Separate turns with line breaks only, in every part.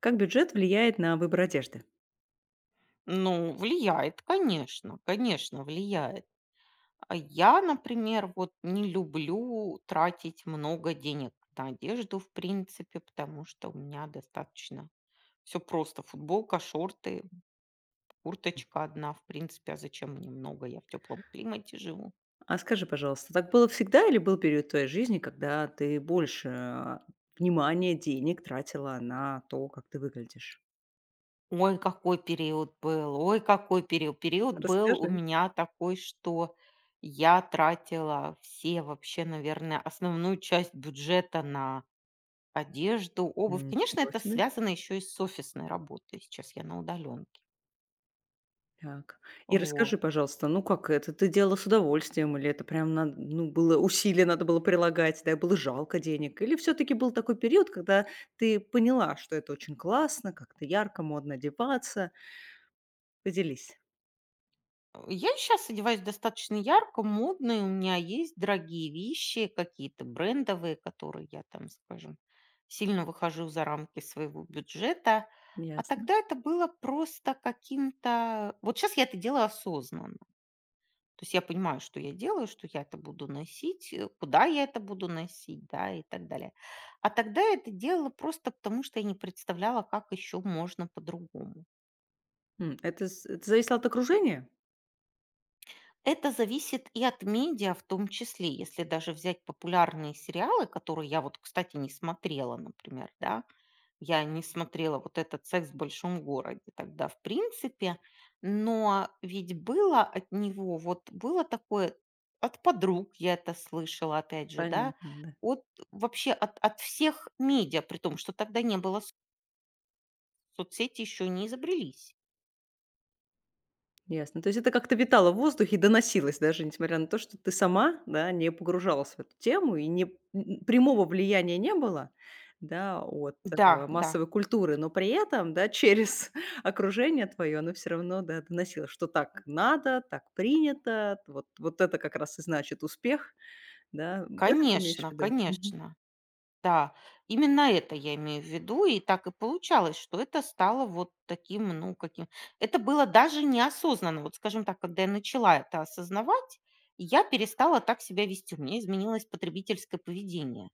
Как бюджет влияет на выбор одежды?
Ну, влияет, конечно, конечно, влияет. А я, например, вот не люблю тратить много денег на одежду, в принципе, потому что у меня достаточно все просто. Футболка, шорты, курточка одна, в принципе, а зачем мне много? Я в теплом климате живу.
А скажи, пожалуйста, так было всегда или был период твоей жизни, когда ты больше внимания, денег тратила на то, как ты выглядишь?
Ой, какой период был, ой, какой период. Период был у
Расскажи.
меня такой, что я тратила все вообще, наверное, основную часть бюджета на одежду, обувь. Конечно,
Ничего
это
себе.
связано еще и с офисной работой. Сейчас я на удаленке.
Так. И
Вот.
расскажи, пожалуйста, ну как это ты делала с удовольствием, или это прям надо, ну, было усилие надо было прилагать, да, было жалко денег, или все-таки был такой период, когда ты поняла, что это очень классно, как-то ярко, модно одеваться? Поделись.
Я сейчас одеваюсь достаточно ярко, модно, и у меня есть дорогие вещи, какие-то брендовые, которые я там, скажем, сильно выхожу за рамки своего бюджета. А
Ясно.
тогда это было просто каким-то. Вот сейчас я это делаю осознанно. То есть я понимаю, что я делаю, что я это буду носить, куда я это буду носить, да, и так далее. А тогда я это делала просто потому, что я не представляла, как еще можно по-другому.
Это зависело от окружения?
Это зависит и от медиа в том числе. Если даже взять популярные сериалы, которые я вот, кстати, не смотрела, например, да, я не смотрела вот этот "Секс в большом городе" тогда, в принципе. Но ведь было от него, вот было такое от подруг, я это слышала, опять же, да,
Понятно, да.
от вообще от всех медиа, при том, что тогда не было с соцсети еще не изобрелись.
Ясно. То есть это как-то витало в воздухе и доносилось, даже несмотря на то, что ты сама, да, не погружалась в эту тему и не м, прямого влияния не было, да, от,
Да, да,
массовой культуры, но при этом, да, через окружение твое оно все равно, да, доносило, что так надо, так принято, вот это как раз и значит успех, да. Это ты имеешь в
конечно,
виду?
конечно. Да, именно это я имею в виду. И так и получалось, что это стало вот таким, ну, каким это было даже неосознанно. Вот, скажем так, когда я начала это осознавать, я перестала так себя вести. У меня изменилось потребительское поведение.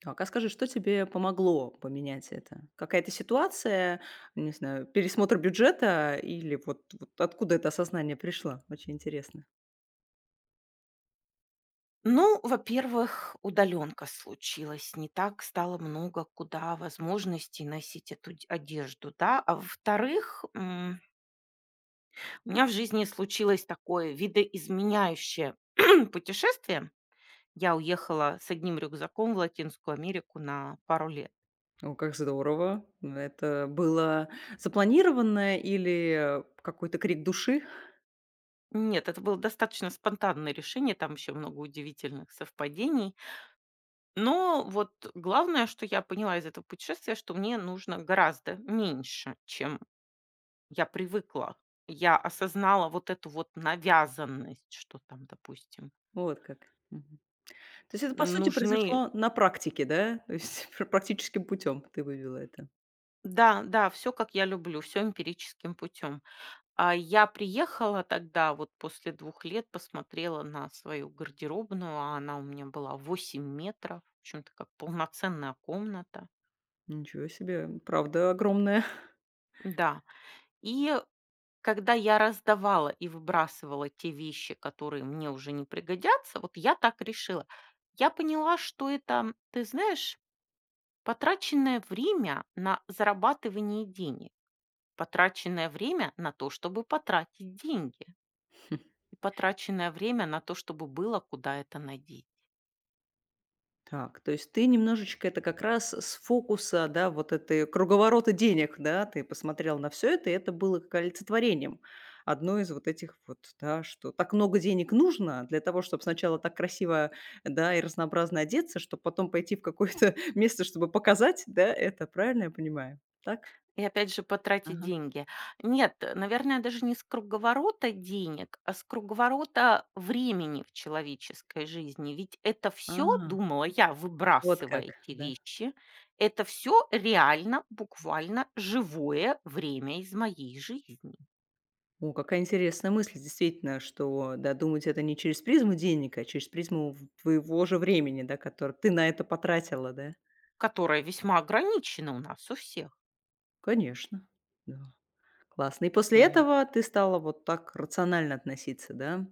Так, а скажи, что тебе помогло поменять это? Какая-то ситуация, не знаю, пересмотр бюджета или вот откуда это осознание пришло? Очень интересно.
Ну, во-первых, удалёнка случилась. Не так стало много куда возможностей носить эту дь одежду, да. А во-вторых, у меня в жизни случилось такое видоизменяющее путешествие. Я уехала с одним рюкзаком в Латинскую Америку на пару лет.
О, как здорово. Это было запланированное или какой-то крик души?
Нет, это было достаточно спонтанное решение, там еще много удивительных совпадений. Но вот главное, что я поняла из этого путешествия, что мне нужно гораздо меньше, чем я привыкла. Я осознала вот эту вот навязанность, что там, допустим,
Вот как. Мгм. То есть это, по сути,
нужны.
произошло на практике, да? То есть практическим путем ты вывела это.
Да, да, все как я люблю, все эмпирическим путем. А я приехала тогда, вот после 2 лет, посмотрела на свою гардеробную, а она у меня была 8 метров, в общем-то, как полноценная комната.
Ничего себе, правда огромная.
Да. И когда я раздавала и выбрасывала те вещи, которые мне уже не пригодятся, вот я так решила. Я поняла, что это, ты знаешь, потраченное время на зарабатывание денег, потраченное время на то, чтобы потратить деньги. И потраченное время на то, чтобы было куда это надеть.
Так, то есть ты немножечко это как раз с фокуса, да, вот этой круговорота денег, да, ты посмотрел на все это, и это было как олицетворением одной из вот этих вот, да, что так много денег нужно для того, чтобы сначала так красиво, да, и разнообразно одеться, чтобы потом пойти в какое-то место, чтобы показать, да, это. Правильно я понимаю? Так?
И опять же потратить
Ага.
деньги. Нет, наверное, даже не с круговорота денег, а с круговорота времени в человеческой жизни. Ведь это все,
А,
думала я,
вот
выбрасывая
как.
эти
Да.
вещи, это все реально, буквально живое время из моей жизни,
О, какая интересная мысль, действительно, что, да, думать это не через призму денег, а через призму в твоего же времени, да, которое ты на это потратила, да?
которое весьма ограничено у нас у всех.
Конечно, да. Классно. И после этого ты стала вот так рационально относиться, да,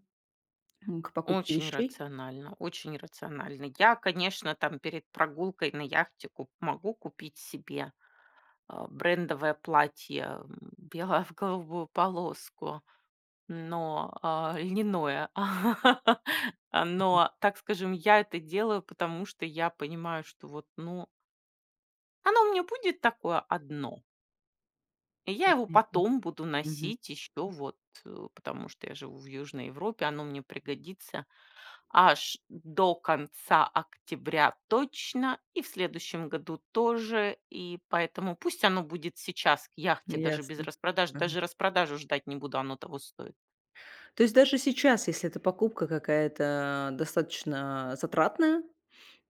к покупке
Очень
вещей?
рационально, очень рационально. Я, конечно, там перед прогулкой на яхте куп- могу купить себе брендовое платье белое в голубую полоску, но льняное.
Мгм.
Но, так скажем, я это делаю, потому что я понимаю, что вот, ну, оно у меня будет такое одно. И я его
Понятно.
потом буду
Мгм.
носить еще вот, потому что я живу в Южной Европе, оно мне пригодится аж до конца октября точно, и в следующем году тоже. И поэтому пусть оно будет сейчас к яхте, даже без
Ясно.
распродаж,
Мгм.
даже распродажу ждать не буду, оно того стоит.
То есть даже сейчас, если эта покупка какая-то достаточно затратная.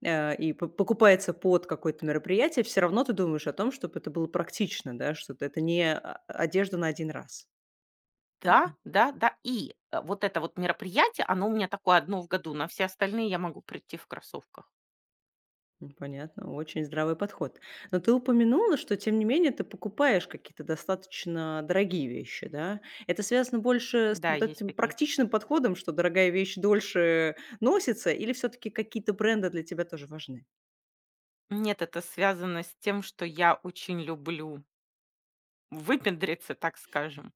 Э, и п покупается под какое-то мероприятие, все равно ты думаешь о том, чтобы это было практично, да, что т это не одежда на один раз.
Да, да, да. И вот это вот мероприятие, оно у меня такое одно в году. На все остальные я могу прийти в кроссовках.
Ну, понятно, очень здравый подход. Но ты упомянула, что, тем не менее, ты покупаешь какие-то достаточно дорогие вещи, да? Это связано больше с
Да,
вот
есть
этим
такие.
практичным подходом, что дорогая вещь дольше носится, или все таки какие-то бренды для тебя тоже важны?
Нет, это связано с тем, что я очень люблю выпендриться, так скажем.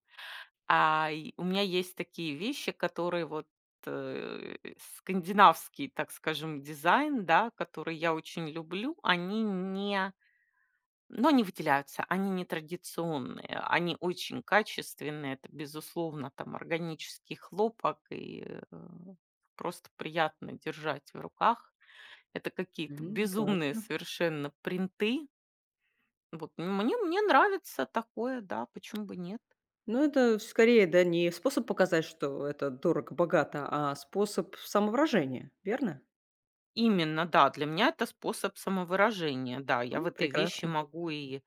И у меня есть такие вещи, которые вот, э, скандинавский, так скажем, дизайн, да, который я очень люблю, они не но они выделяются, они не традиционные, они очень качественные. Это, безусловно, там органический хлопок и, э, просто приятно держать в руках. Это какие-то безумные
Классно.
совершенно принты. Вот мне нравится такое, да, почему бы нет?
Ну, это скорее, да, не способ показать, что это дорого-богато, а способ самовыражения, верно?
Именно, да, для меня это способ самовыражения. Да, я в этой вещи
Прекрасно.
могу и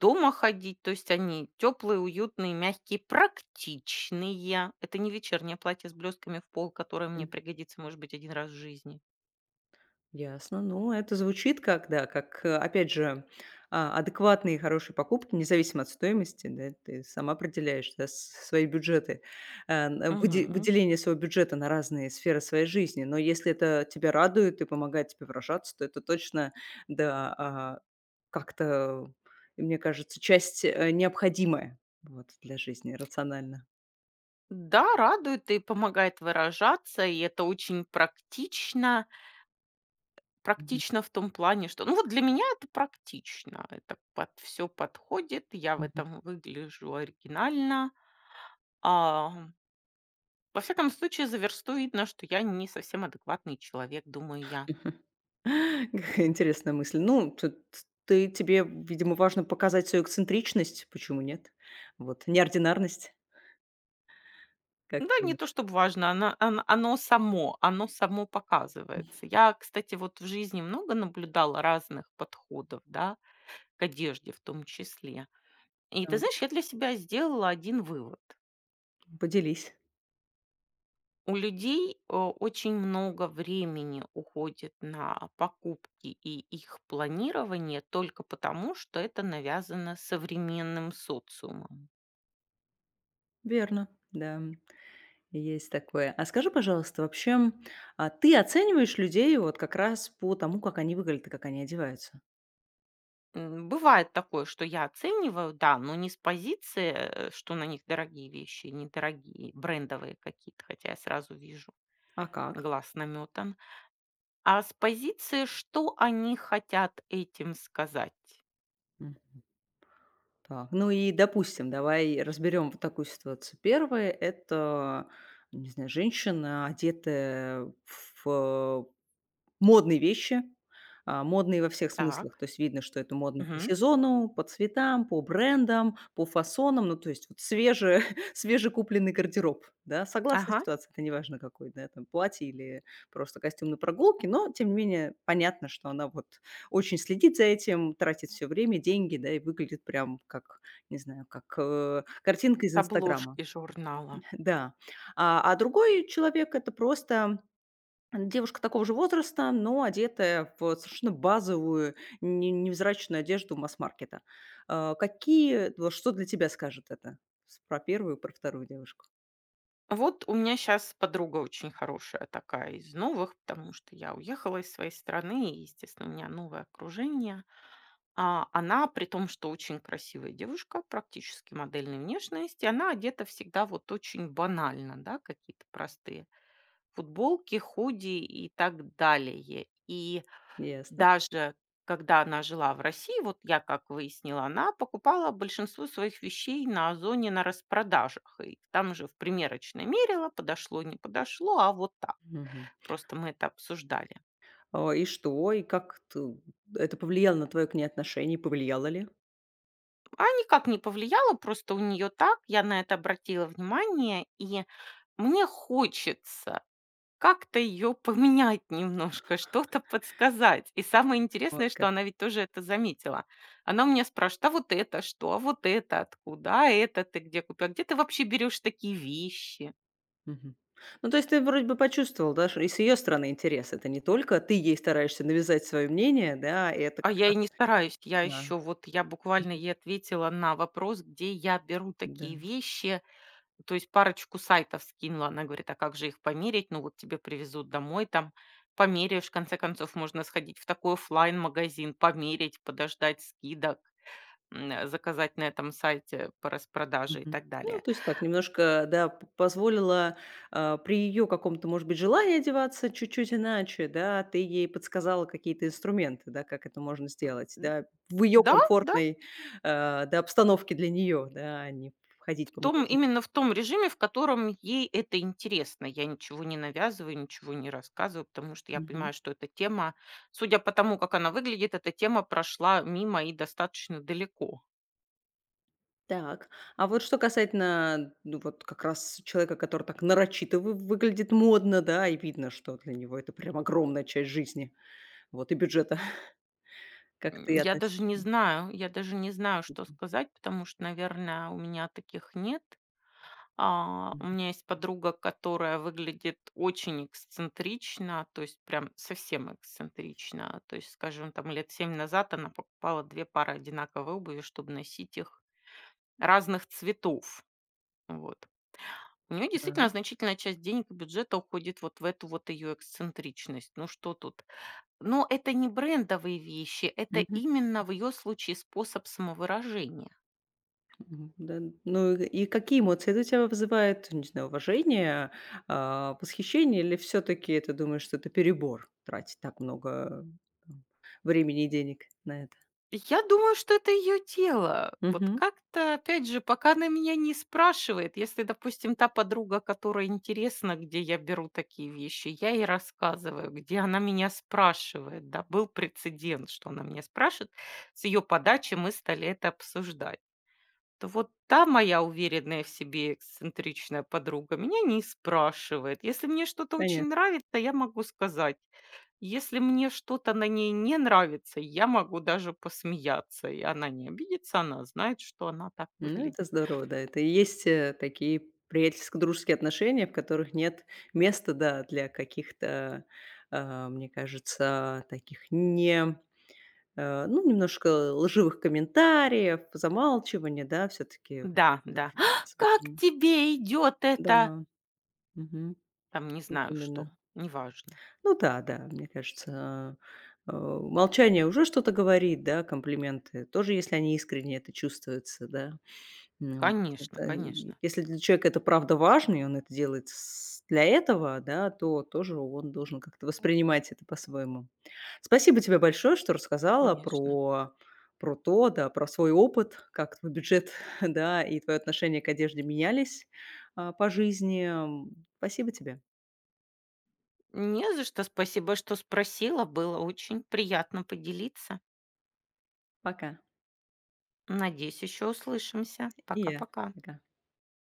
дома ходить, то есть они теплые, уютные, мягкие, практичные. Это не вечернее платье с блестками в пол, которое мне
М,
пригодится, может быть, один раз в жизни.
ясно. Ну, это звучит как, да, как, опять же, адекватные и хорошие покупки, независимо от стоимости, да, ты сама определяешь, да, с свои бюджеты, э, н выде
Мгм.
выделение своего бюджета на разные сферы своей жизни. Но если это тебя радует и помогает тебе выражаться, то это точно, да, а Как-то, мне кажется, часть, необходимая вот для жизни рационально.
Да, радует и помогает выражаться, и это очень практично.
Мгм,
Практично в том плане, что, ну вот для меня это практично, это под все подходит, я в
мгм, мгм.
этом выгляжу оригинально. Во всяком случае, за версту видно, что я не совсем адекватный человек, думаю я.
Какая интересная мысль. Ну, т т ты тебе, видимо, важно показать свою эксцентричность, почему нет? Вот, неординарность, как ты
Да, не то
думаешь?
чтобы важно, оно само, оно само показывается. Я, кстати, вот в жизни много наблюдала разных подходов, да, к одежде в том числе. И ты
Так.
знаешь, я для себя сделала один вывод.
Поделись.
У людей очень много времени уходит на покупки и их планирование только потому, что это навязано современным социумом.
Верно, да, есть такое. А скажи, пожалуйста, вообще, а ты оцениваешь людей вот как раз по тому, как они выглядят и как они одеваются?
Бывает такое, что я оцениваю, да, но не с позиции, что на них дорогие вещи, недорогие, брендовые какие-то, хотя я сразу вижу,
А как?
глаз наметан, а с позиции, что они хотят этим сказать.
Так, ну и, допустим, давай разберем вот такую ситуацию. Первое — это, не знаю, женщина, одетая в модные вещи, модные во всех смыслах.
Так,
То есть видно, что это модно по
мгм,
сезону, по цветам, по брендам, по фасонам. Ну, то есть вот свежее, свежекупленный гардероб, да. Согласна,
ага,
ситуация, это неважно какой, да, там платье или просто костюм на прогулке, но тем не менее понятно, что она вот очень следит за этим, тратит все время, деньги, да, и выглядит прям как, не знаю, как, картинка из «Инстаграма».
обложки журнала.
Да. А другой человек — это просто девушка такого же возраста, но одетая в совершенно базовую, не невзрачную одежду масс-маркета. Какие вот что для тебя скажет это? С про первую, про вторую девушку?
Вот у меня сейчас подруга очень хорошая такая из новых, потому что я уехала из своей страны, и, естественно, у меня новое окружение. Она, при том, что очень красивая девушка, практически модельной внешности, она одета всегда вот очень банально, да, какие-то простые футболки, худи и так далее. И
Ясно.
даже когда она жила в России, вот я как выяснила, она покупала большинство своих вещей на Озоне на распродажах. И там же в примерочной мерила, подошло, не подошло, а вот так.
Мгм.
Просто мы это обсуждали.
А, и что? И как ты это повлияло на твое к ней отношение? Повлияло ли?
А никак не повлияло, просто у нее так. Я на это обратила внимание, и мне хочется как-то ее поменять немножко, что-то подсказать. И самое
Вот
интересное, что
как.
она ведь тоже это заметила. Она у меня спрашивает, а вот это что, а вот это откуда, а это ты где купила, где ты вообще берешь такие вещи?
Мгм. Ну, то есть ты вроде бы почувствовал, да, ш и с ее стороны интерес. Это не только ты ей стараешься навязать свое мнение, да, и это
А
как
я и не
раз
стараюсь, я
да,
еще вот, я буквально ей ответила на вопрос, где я беру такие
да.
вещи. То есть парочку сайтов скинула. Она говорит: "А как же их померить?" Ну, вот тебе привезут домой, там померяешь. В конце концов, можно сходить в такой оффлайн-магазин, померить, подождать скидок, заказать на этом сайте по распродаже и
Мгм.
так
Ну,
далее.
то есть так, немножко, да, п позволила, при ее каком-то, может быть, желании одеваться чуть-чуть иначе, да, ты ей подсказала какие-то инструменты, да, как это можно сделать,
Н
да, в ее
да, да,
комфортной, да, обстановке для нее, да, а не
в
ходить по
том
магазинам.
именно в том режиме, в котором ей это интересно. Я ничего не навязываю, ничего не рассказываю, потому что я
Мгм.
понимаю, что эта тема, судя по тому, как она выглядит, эта тема прошла мимо и достаточно далеко.
Так, а вот что касательно, ну, вот как раз человека, который так нарочито вы выглядит модно, да, и видно, что для него это прям огромная часть жизни, вот, и бюджета. Как ты
Я даже
относишься
не
к
знаю, я даже не знаю, что
этому?
сказать, потому что, наверное, у меня таких нет. У
Мгм.
меня есть подруга, которая выглядит очень эксцентрично, то есть прям совсем эксцентрично. То есть, скажем, там лет семь назад она покупала 2 пары одинаковой обуви, чтобы носить их разных цветов. Вот. У нее действительно
Так.
значительная часть денег и бюджета уходит вот в эту вот ее эксцентричность. Ну что тут но это не брендовые вещи, это именно в ее случае способ самовыражения.
Мгм, да. Ну, и какие эмоции это у тебя вызывает? Не знаю, уважение, восхищение или все таки ты думаешь, что это перебор — тратить так много, там, времени и денег на это?
Я думаю, что это ее дело. Вот
Мгм.
как-то, опять же, пока она меня не спрашивает, если, допустим, та подруга, которая интересна, где я беру такие вещи, я ей рассказываю, где она меня спрашивает, да, был прецедент, что она меня спрашивает, с ее подачи мы стали это обсуждать. То вот та моя уверенная в себе эксцентричная подруга меня не спрашивает. Если мне что-то очень
Понятно.
нравится, я могу сказать. Если мне что-то на ней не нравится, я могу даже посмеяться. И она не обидится, она знает, что она так
Ну, это
выглядит.
здорово, да. Это и есть, такие приятельско-дружеские отношения, в которых нет места, да, для каких-то, мне кажется, таких не ну, немножко лживых комментариев, замалчивания, да, все таки
Да, да. «А, как тебе идет это?
да, мгм.
Там не
Вот
знаю что,
именно.
неважно.
Ну да, да, мне кажется, э, э, молчание уже что-то говорит, да, комплименты тоже, если они искренние, это чувствуется, да. Ну вот
Конечно,
это и
конечно,
если для человека это правда важно, и он это делает с для этого, да, то тоже он должен как-то воспринимать это по-своему. Спасибо тебе большое, что рассказала
конечно.
про про то, да, про свой опыт, как твой бюджет, да, и твоё отношение к одежде менялись, по жизни. Спасибо тебе.
Не за что, спасибо, что спросила. Было очень приятно поделиться.
Пока.
Надеюсь, еще услышимся.
И я.
Пока-пока.
Пока.